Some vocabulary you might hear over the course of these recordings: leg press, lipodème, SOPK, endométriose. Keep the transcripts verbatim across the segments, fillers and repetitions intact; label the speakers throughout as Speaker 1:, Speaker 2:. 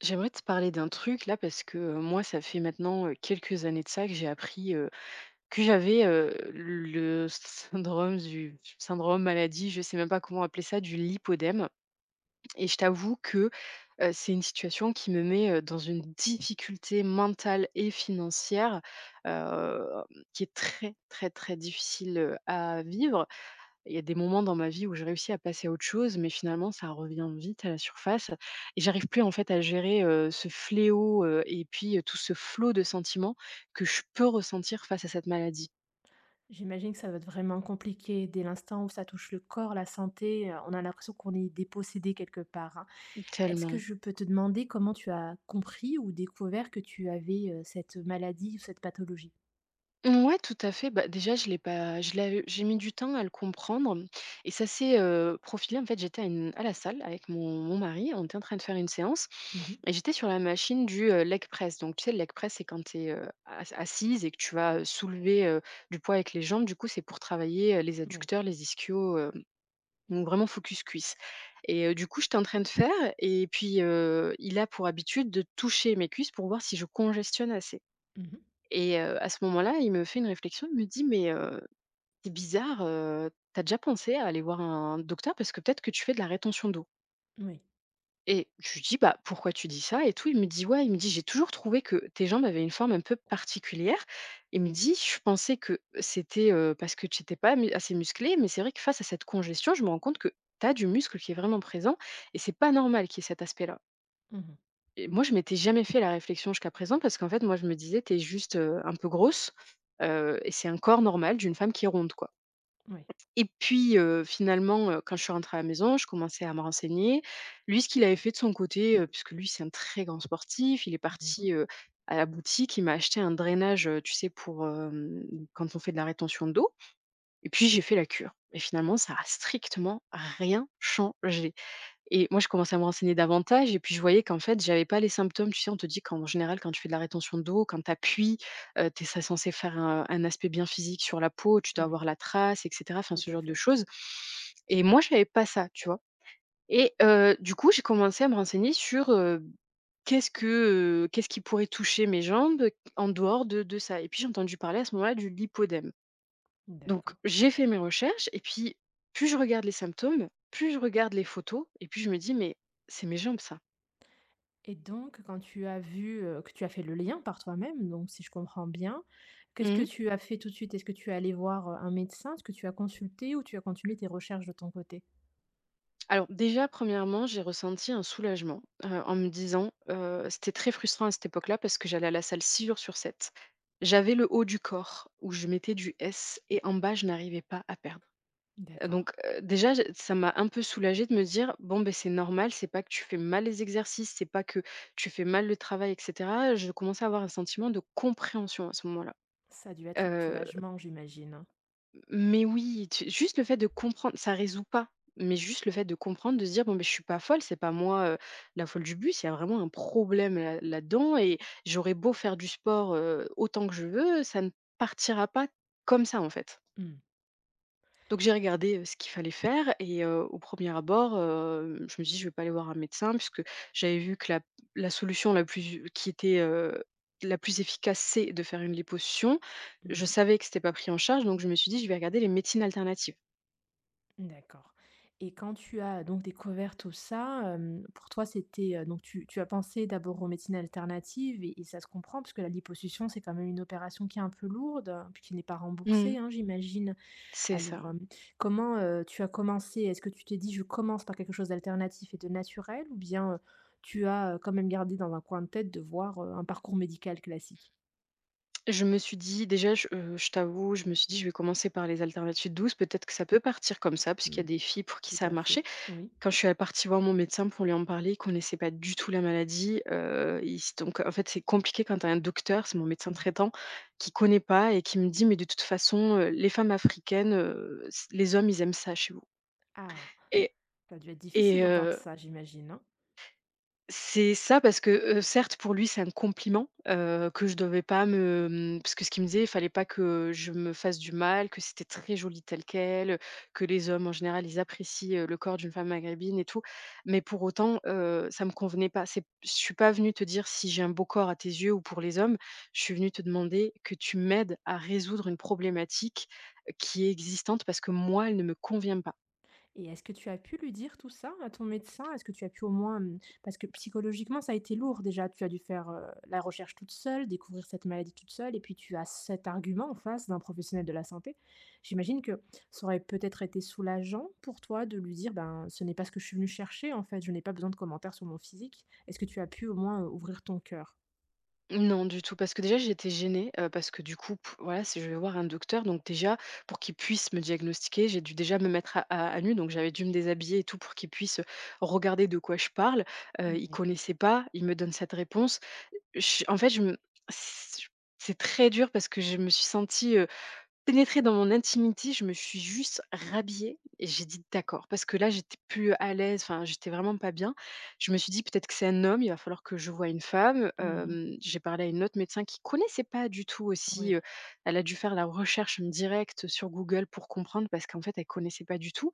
Speaker 1: J'aimerais te parler d'un truc là parce que euh, moi, ça fait maintenant euh, quelques années de ça que j'ai appris euh, que j'avais euh, le syndrome du syndrome maladie, je sais même pas comment appeler ça, du lipodème. Et je t'avoue que euh, c'est une situation qui me met euh, dans une difficulté mentale et financière, euh, qui est très très très difficile euh, à vivre. Il y a des moments dans ma vie où j'ai réussi à passer à autre chose, mais finalement, ça revient vite à la surface et j'arrive plus, en fait, à gérer, heu, ce fléau, heu et puis, heu, tout ce flot de sentiments que je peux ressentir face à cette maladie.
Speaker 2: J'imagine que ça va être vraiment compliqué dès l'instant où ça touche le corps, la santé, heu, on a l'impression qu'on est dépossédé quelque part, hein. Est-ce que
Speaker 1: Tellement.
Speaker 2: je peux te demander comment tu as compris ou découvert que tu avais, heu, cette maladie ou cette pathologie?
Speaker 1: Ouais, tout à fait. Bah, déjà, je l'ai pas, je l'ai, j'ai mis du temps à le comprendre. Et ça s'est euh, profilé. En fait, j'étais à, une- à la salle avec mon, mon mari. On était en train de faire une séance.
Speaker 2: Mmh.
Speaker 1: Et j'étais sur la machine du euh, leg press. Donc, tu sais, le leg press, c'est quand tu es assise et que tu vas euh, soulever euh, du poids avec les jambes. Du coup, c'est pour travailler euh, les
Speaker 2: Oui.
Speaker 1: adducteurs, les ischios. Euh, donc, vraiment focus cuisse. Et euh, du coup, j'étais en train de faire. Et puis, euh, il a pour habitude de toucher mes cuisses pour voir si je congestionne assez.
Speaker 2: Mmh.
Speaker 1: Et heu, à ce moment-là, il me fait une réflexion, il me dit : « Mais heu, c'est bizarre, heu, tu déjà pensé à aller voir un docteur? Parce que peut-être que tu fais de la rétention d'eau. »
Speaker 2: Oui.
Speaker 1: Et je lui dis : « Bah, pourquoi tu dis ça ? » et tout. Il me dit : « Ouais », il me dit : « J'ai toujours trouvé que tes jambes avaient une forme un peu particulière. » Il me dit : « Je pensais que c'était, heu, parce que tu étais pas mu assez musclé. Mais c'est vrai que face à cette congestion, je me rends compte que tu as du muscle qui est vraiment présent et c'est pas normal qu'il y ait cet aspect-là. »
Speaker 2: Mmh.
Speaker 1: Et moi, je m'étais jamais fait la réflexion jusqu'à présent parce qu'en fait, moi, je me disais: t'es juste, heu, un peu grosse, heu et c'est un corps normal d'une femme qui est ronde, quoi.
Speaker 2: Oui.
Speaker 1: Et puis, heu, finalement, heu, quand je suis rentrée à la maison, je commençais à me renseigner. Lui, ce qu'il avait fait de son côté, heu, puisque lui, c'est un très grand sportif, il est
Speaker 2: Mmh.
Speaker 1: parti, heu, à la boutique, il m'a acheté un drainage, heu, tu sais, pour, hem, quand on fait de la rétention d'eau, et puis j'ai fait la cure et finalement, ça a strictement rien changé. Et moi, je commençais à me renseigner davantage et puis je voyais qu'en fait, j'avais pas les symptômes. Tu sais, on te dit qu'en général, quand tu fais de la rétention d'eau, quand tu appuies, tu es censé faire un un aspect bien physique sur la peau, tu dois
Speaker 2: Oui,
Speaker 1: avoir la trace et cetera, enfin
Speaker 2: tout
Speaker 1: ce
Speaker 2: à
Speaker 1: genre de
Speaker 2: fait.
Speaker 1: choses, et moi, j'avais pas ça, tu vois? Et heu, du coup, j'ai commencé à me renseigner sur, heu, qu'est-ce que, heu, qu'est-ce qui pourrait toucher mes jambes en dehors de de ça, et puis j'ai entendu parler à ce moment-là du lipodème. Donc,
Speaker 2: D'accord,
Speaker 1: j'ai fait mes recherches et puis plus je regarde les symptômes, plus je regarde les photos et plus je me dis mais c'est mes jambes ça.
Speaker 2: et donc quand tu as vu, heu, que tu as fait le lien par toi-même, donc si je comprends bien, qu'est-ce que
Speaker 1: Mhm.
Speaker 2: tu as fait tout de suite? Est-ce que tu es allé voir, heu, un médecin? Est-ce que tu as consulté ou tu as continué tes recherches de ton côté?
Speaker 1: Alors déjà, premièrement, j'ai ressenti un soulagement euh, en me disant, euh, c'était très frustrant à cette époque-là parce que j'allais à la salle six jours sur sept. J'avais le haut du corps où je mettais du S et en bas, je n'arrivais pas à perdre.
Speaker 2: D'accord.
Speaker 1: Donc, heu, déjà j ça m'a un peu soulagée de me dire : « Bon, ben c'est normal, c'est pas que tu fais mal les exercices, c'est pas que tu fais mal le travail » et cetera. Je commençais à avoir un sentiment de compréhension à ce moment-là.
Speaker 2: Ça a dû être un
Speaker 1: Heu,
Speaker 2: soulagement, j'imagine.
Speaker 1: mais oui, tu juste le fait de comprendre, ça résout pas, mais juste le fait de comprendre, de se dire : « Bon, ben je suis pas folle, c'est pas moi, heu, la folle du bus, il y a vraiment un problème là là-dedans et j'aurais beau faire du sport, heu, autant que je veux, ça ne partira pas comme ça, en fait. »
Speaker 2: Mmh.
Speaker 1: Donc j'ai regardé, heu, ce qu'il fallait faire et heu, au premier abord, heu, je me dis « Je vais pas aller voir un médecin » puisque j'avais vu que la la solution la plus qui était, heu, la plus efficace, c'est de faire une liposuction. Je
Speaker 2: Mmh.
Speaker 1: savais que c'était pas pris en charge, donc je me suis dit : « Je vais regarder les médecines alternatives. »
Speaker 2: D'accord, et quand tu as donc découvert tout ça, hem, pour toi, c'était, heu, donc tu tu as pensé d'abord aux médecines alternatives, et et ça se comprend parce que la liposuction, c'est quand même une opération qui est un peu lourde, heu, puis qui n'est pas remboursée,
Speaker 1: Mmh.
Speaker 2: hein, j'imagine.
Speaker 1: C'est ça.
Speaker 2: Alors, hem, comment, heu, tu as commencé? Est-ce que tu t'es dit: «Je commence par quelque chose d'alternatif et de naturel» ou bien, heu, tu as, heu, quand même gardé dans un coin de tête de voir, heu, un parcours médical classique?
Speaker 1: Je me suis dit déjà, je, heu, je t'avoue, je me suis dit : « Je vais commencer par les alternatives douces, peut-être que ça peut partir comme ça », puisqu'il y
Speaker 2: Mmh,
Speaker 1: a des filles pour qui
Speaker 2: tout
Speaker 1: ça a
Speaker 2: à fait.
Speaker 1: marché.
Speaker 2: Oui.
Speaker 1: Quand je suis, heu, partie voir mon médecin pour lui en parler, il connaissait pas du tout la maladie, heu, il s donc en fait, c'est compliqué quand tu as un docteur, c'est mon médecin
Speaker 2: Mmh.
Speaker 1: traitant, qui connaît pas et qui me dit : « Mais de toute façon, heu, les femmes africaines, heu, s les hommes, ils aiment ça chez vous. »
Speaker 2: Ah,
Speaker 1: et
Speaker 2: ça a dû être difficile
Speaker 1: et
Speaker 2: d'entendre ça, j'imagine, hein?
Speaker 1: C'est ça parce que, heu, certes pour lui c'est un compliment, heu, que je devais pas me, mmh parce que ce qu'il me disait, il fallait pas que je me fasse du mal, que c'était très joli tel quel, que les hommes en général ils apprécient, heu, le corps d'une femme maghrébine et tout. Mais pour autant, heu, ça me convenait pas. C'est je suis pas venue te dire si j'ai un beau corps à tes yeux ou pour les hommes. Je suis venue te demander que tu m'aides à résoudre une problématique, qui est existante parce que moi elle ne me convient pas.
Speaker 2: Et est-ce que tu as pu lui dire tout ça à ton médecin? Est-ce que tu as pu au moins, hem parce que psychologiquement, ça a été lourd déjà. Tu as dû faire, heu, la recherche toute seule, découvrir cette maladie toute seule, et puis tu as cet argument en face d'un professionnel de la santé. J'imagine que ça aurait peut-être été soulageant pour toi de lui dire: «Ben, ce n'est pas ce que je suis venue chercher en fait, je n'ai pas besoin de commentaires sur mon physique». Est-ce que tu as pu au moins, heu, ouvrir ton cœur?
Speaker 1: Non, du tout, parce que déjà j'étais gênée, heu, parce que du coup, p voilà, si je vais voir un docteur, donc déjà pour qu'il puisse me diagnostiquer, j'ai dû déjà me mettre à à à nu, donc j'avais dû me déshabiller et tout pour qu'il puisse, regarder de quoi je parle. Heu, il
Speaker 2: Oui.
Speaker 1: connaissait pas, il me donne cette réponse. Je en fait, je me c c'est très dur parce que je me suis sentie, pénétrer dans mon intimité, je me suis juste rhabillée et j'ai dit : « D'accord », parce que là, j'étais plus à l'aise, enfin, j'étais vraiment pas bien. Je me suis dit : « Peut-être que c'est un homme, il va falloir que je voie une femme. »
Speaker 2: Mmh.
Speaker 1: Hem, j'ai parlé à une autre médecin qui connaissait pas du tout aussi,
Speaker 2: Oui.
Speaker 1: heu, elle a dû faire la recherche directe sur Google pour comprendre parce qu'en fait, elle connaissait pas du tout,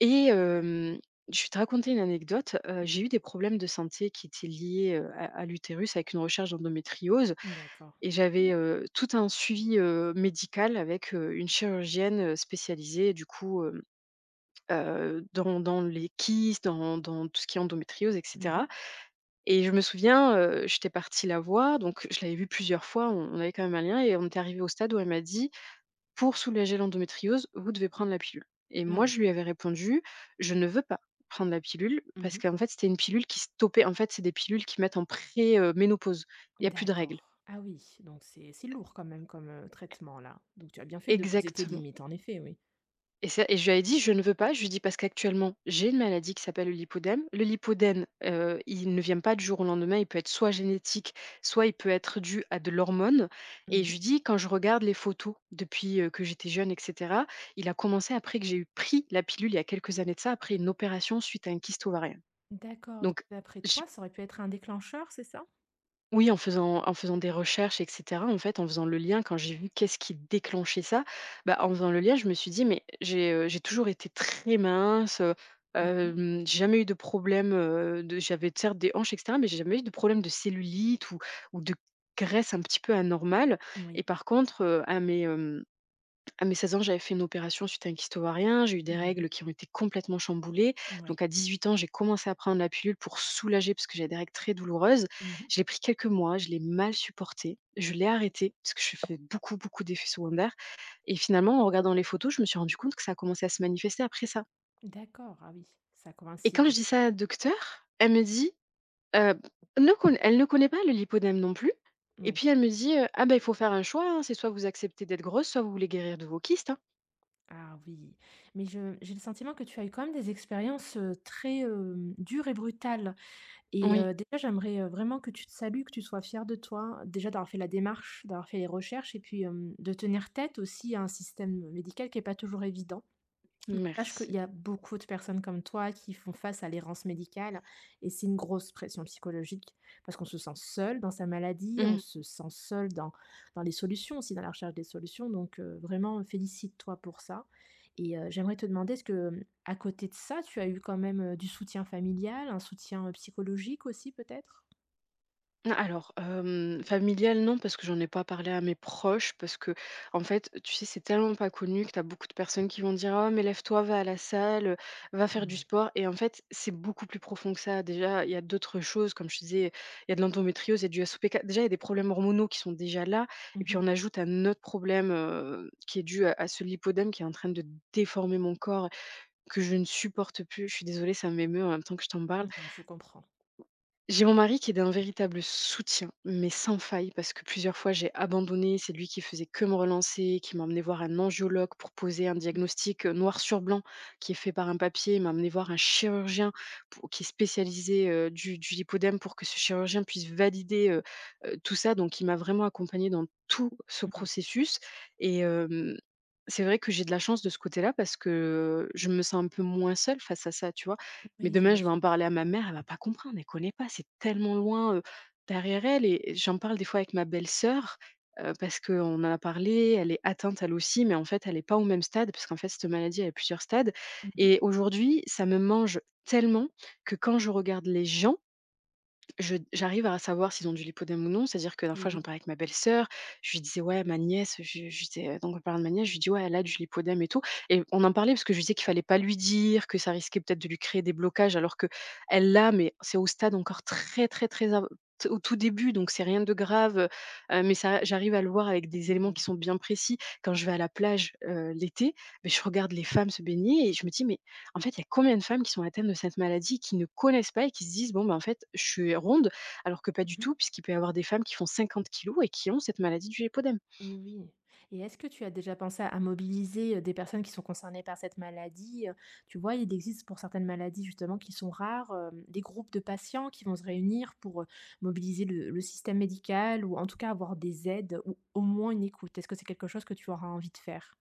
Speaker 1: et hem, je vais te raconter une anecdote, heu, j'ai eu des problèmes de santé qui étaient liés, heu, à à l'utérus avec une recherche d'endométriose.
Speaker 2: D'accord.
Speaker 1: Et j'avais, heu, tout un suivi, heu, médical avec, heu, une chirurgienne, heu, spécialisée du coup, hem, heu, dans dans les kystes, dans dans tout ce qui est endométriose et
Speaker 2: Mmh.
Speaker 1: cetera. Et je me souviens, heu, j'étais partie la voir, donc je l'avais vue plusieurs fois, on on avait quand même un lien et on était arrivé au stade où elle m'a dit : « Pour soulager l'endométriose, vous devez prendre la pilule. » Et moi,
Speaker 2: Oui.
Speaker 1: je lui avais répondu : « Je ne veux pas prendre la pilule » parce
Speaker 2: Mmh.
Speaker 1: qu'en fait, c'était une pilule qui stoppait, en fait, c'est des pilules qui mettent en pré, ménopause. Il y a plus de règles.
Speaker 2: D'accord. Ah oui, donc c'est c'est lourd quand même comme, heu, traitement là. Donc tu as bien fait de poser tes
Speaker 1: Exactement.
Speaker 2: limites en effet, oui.
Speaker 1: Et c'est et je lui avais dit : « Je ne veux pas », je lui dis : « Parce qu'actuellement, j'ai une maladie qui s'appelle le lipodème. » Le lipodème, heu, il ne vient pas du jour au lendemain, il peut être soit génétique, soit il peut être dû à de l'hormone, et je
Speaker 2: Mmh.
Speaker 1: lui dis : « Quand je regarde les photos depuis, heu, que j'étais jeune et cetera », il a commencé après que j'ai eu pris la pilule il y a quelques années de ça, après une opération suite à un kyste ovarien.
Speaker 2: D'accord, donc
Speaker 1: Donc
Speaker 2: d'après toi, ça aurait pu être un déclencheur, c'est ça?
Speaker 1: oui, en faisant en faisant des recherches et cetera, en fait, en faisant le lien, quand j'ai vu qu'est-ce qui déclenchait ça, bah, en faisant le lien, je me suis dit : « Mais j'ai, heu, j'ai toujours été très mince, heu,
Speaker 2: Mmh.
Speaker 1: hem, j'ai jamais eu de problème, heu, de j'avais certes des hanches et cetera, mais j'ai jamais eu de problème de cellulite ou ou de graisse un petit peu anormale. »
Speaker 2: Oui.
Speaker 1: Et par contre, heu, à mes, à mes seize ans, j'avais fait une opération suite à un kyste ovarien. J'ai eu des
Speaker 2: Mmh.
Speaker 1: règles qui ont été complètement chamboulées.
Speaker 2: Oui.
Speaker 1: Donc, à dix-huit ans, j'ai commencé à prendre la pilule pour soulager parce que j'avais des règles très douloureuses.
Speaker 2: Mmh.
Speaker 1: Je l'ai pris quelques mois, je l'ai mal supportée. Je l'ai arrêtée parce que je fais beaucoup, beaucoup d'effets secondaires. Et finalement, en regardant les photos, je me suis rendu compte que ça a commencé à se manifester après ça.
Speaker 2: D'accord, ah oui, ça
Speaker 1: Et quand je
Speaker 2: coïncide.
Speaker 1: dis ça à la docteur, elle me dit, euh, ne conna- elle ne connaît pas le lipodème non plus. Et
Speaker 2: Oui.
Speaker 1: puis elle me dit, euh, ah ben il faut faire un choix, hein, c'est soit vous acceptez d'être grosse, soit vous voulez guérir de vos kystes, hein.
Speaker 2: Ah oui. Mais je j'ai le sentiment que tu as eu quand même des expériences, heu, très, hem, dures et brutales. Et
Speaker 1: Oui,
Speaker 2: heu, déjà, j'aimerais, heu, vraiment que tu te salues, que tu sois fière de toi, déjà d'avoir fait la démarche, d'avoir fait les recherches, et puis, hem, de tenir tête aussi à un système médical qui est pas toujours évident. Sache qu'il
Speaker 1: merci.
Speaker 2: y a beaucoup de personnes comme toi qui font face à l'errance médicale, et c'est une grosse pression psychologique parce qu'on se sent seul dans sa maladie, on
Speaker 1: Mmh.
Speaker 2: se sent seul dans, dans les solutions aussi, dans la recherche des solutions. Donc euh, vraiment, félicite-toi pour ça. Et euh, j'aimerais te demander, est-ce que à côté de ça, tu as eu quand même euh, du soutien familial, un soutien euh, psychologique aussi peut-être?
Speaker 1: Alors, hem, familial, non, parce que j'en ai pas parlé à mes proches, parce que en fait, tu sais, c'est tellement pas connu que t'as beaucoup de personnes qui vont dire : « Oh, mais lève-toi, va à la salle, va faire du
Speaker 2: Oui.
Speaker 1: sport », et en fait, c'est beaucoup plus profond que ça. Déjà, il y a d'autres choses, comme je te disais, il y a de l'endométriose, il y a du S O P K. Déjà, il y a des problèmes hormonaux qui sont déjà là, et puis
Speaker 2: Mhm.
Speaker 1: on ajoute un autre problème, heu, qui est dû à à ce lipodème qui est en train de déformer mon corps, que je ne supporte plus. Je suis désolée, ça m'émeut en même temps que je t'en parle.
Speaker 2: Mhm. Je comprends.
Speaker 1: J'ai mon mari qui est d'un véritable soutien, mais sans faille, parce que plusieurs fois j'ai abandonné. C'est lui qui faisait que me relancer, qui m'a emmené voir un angiologue pour poser un
Speaker 2: Mhm.
Speaker 1: diagnostic euh, noir sur blanc, qui est fait par un papier. Il m'a emmené voir un chirurgien pour- qui est spécialisé euh, du, du lipodème, pour que ce chirurgien puisse valider euh, euh, tout ça. Donc il m'a vraiment accompagnée dans tout ce
Speaker 2: Oui,
Speaker 1: processus. Et euh, c'est vrai que j'ai de la chance de ce côté-là, parce que je me sens un peu moins seule face à ça, tu vois. Mais
Speaker 2: oui,
Speaker 1: demain, je vais
Speaker 2: j'imagine.
Speaker 1: en parler à ma mère, elle va pas comprendre, elle connaît pas, c'est tellement loin, heu, derrière elle. Et j'en parle des fois avec ma belle-sœur, heu, parce qu'on en a parlé, elle est atteinte elle aussi, mais en fait, elle est pas au même stade, parce qu'en fait, cette maladie, elle a plusieurs stades,
Speaker 2: Mhm.
Speaker 1: et aujourd'hui, ça me mange tellement que quand je regarde les gens, je j'arrive à savoir s'ils ont du lipodème ou non. C'est-à-dire que la
Speaker 2: Et
Speaker 1: fois,
Speaker 2: oui,
Speaker 1: j'en parlais avec ma belle-sœur, je lui disais : « Ouais, ma nièce », je je disais, euh, donc en parlant de ma nièce, je lui dis : « Ouais, elle a du lipodème et tout », et on en parlait parce que je lui disais qu'il fallait pas lui dire, que ça risquait peut-être de lui créer des blocages, alors que elle l'a, mais c'est au stade encore très, très, très av t au tout début, donc c'est rien de grave, heu mais ça j'arrive à le voir avec des éléments qui
Speaker 2: oui.
Speaker 1: sont bien précis. Quand je vais à la plage, heu, l'été, beh, je regarde les femmes se baigner et je me dis : « Mais en fait, il y a combien de femmes qui sont atteintes de cette maladie et qui ne connaissent pas, et qui se disent bon, ben, en fait, je suis ronde, alors que pas du
Speaker 2: Mhm.
Speaker 1: tout, puisqu'il peut y avoir des femmes qui font cinquante kilos et qui ont cette maladie du lipodème. »
Speaker 2: Et oui. Et est-ce que tu as déjà pensé à mobiliser, heu, des personnes qui sont concernées par cette maladie? Heu, tu vois, il existe pour certaines maladies justement qui sont rares, hem, des groupes de patients qui vont se réunir pour, heu, mobiliser le le système médical ou en tout cas avoir des aides ou au moins une écoute. Est-ce que c'est quelque chose que tu auras envie de faire?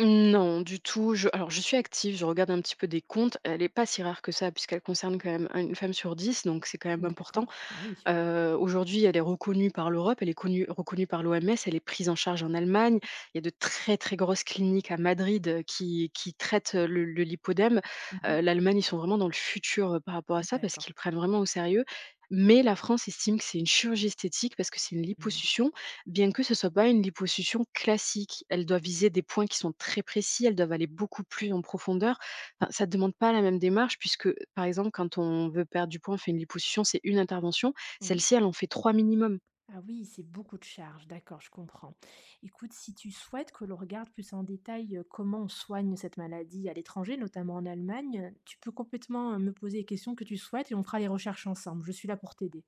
Speaker 1: Non, du tout. Je, alors, je suis active, je regarde un petit peu des comptes. Elle n'est pas si rare que ça, puisqu'elle concerne quand même une femme sur dix, donc c'est quand même important.
Speaker 2: D'accord. Ah oui.
Speaker 1: Heu, aujourd'hui, elle est reconnue par l'Europe, elle est connue reconnue par l'O M S, elle est prise en charge en Allemagne. Il y a de très, très grosses cliniques à Madrid, heu, qui qui traitent, heu, le le lipodème.
Speaker 2: Mmh.
Speaker 1: Heu, L'Allemagne, ils sont vraiment dans le futur, heu, par rapport à ça, parce
Speaker 2: D'accord.
Speaker 1: qu'ils le prennent vraiment au sérieux. Mais la France estime que c'est une chirurgie esthétique parce que c'est une
Speaker 2: Mmh.
Speaker 1: liposuction, bien que ce soit pas une liposuction classique. Elle doit viser des points qui sont très précis, elles doivent aller beaucoup plus en profondeur. Enfin, ça ne demande pas la même démarche puisque, par exemple, quand on veut perdre du poids, on fait une liposuction, c'est une intervention.
Speaker 2: Oui.
Speaker 1: Celle-ci, elle en fait trois minimum.
Speaker 2: Ah oui, c'est beaucoup de charges, d'accord, je comprends. Écoute, si tu souhaites que l'on regarde plus en détail euh, comment on soigne cette maladie à l'étranger, notamment en Allemagne, tu peux complètement euh, me poser les questions que tu souhaites et on fera les recherches ensemble. Je suis là pour t'aider.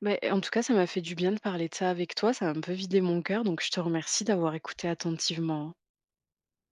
Speaker 1: Mais en tout cas, ça m'a fait du bien de parler de ça avec toi, ça a un peu vidé mon cœur, donc je te remercie d'avoir écouté attentivement, hein.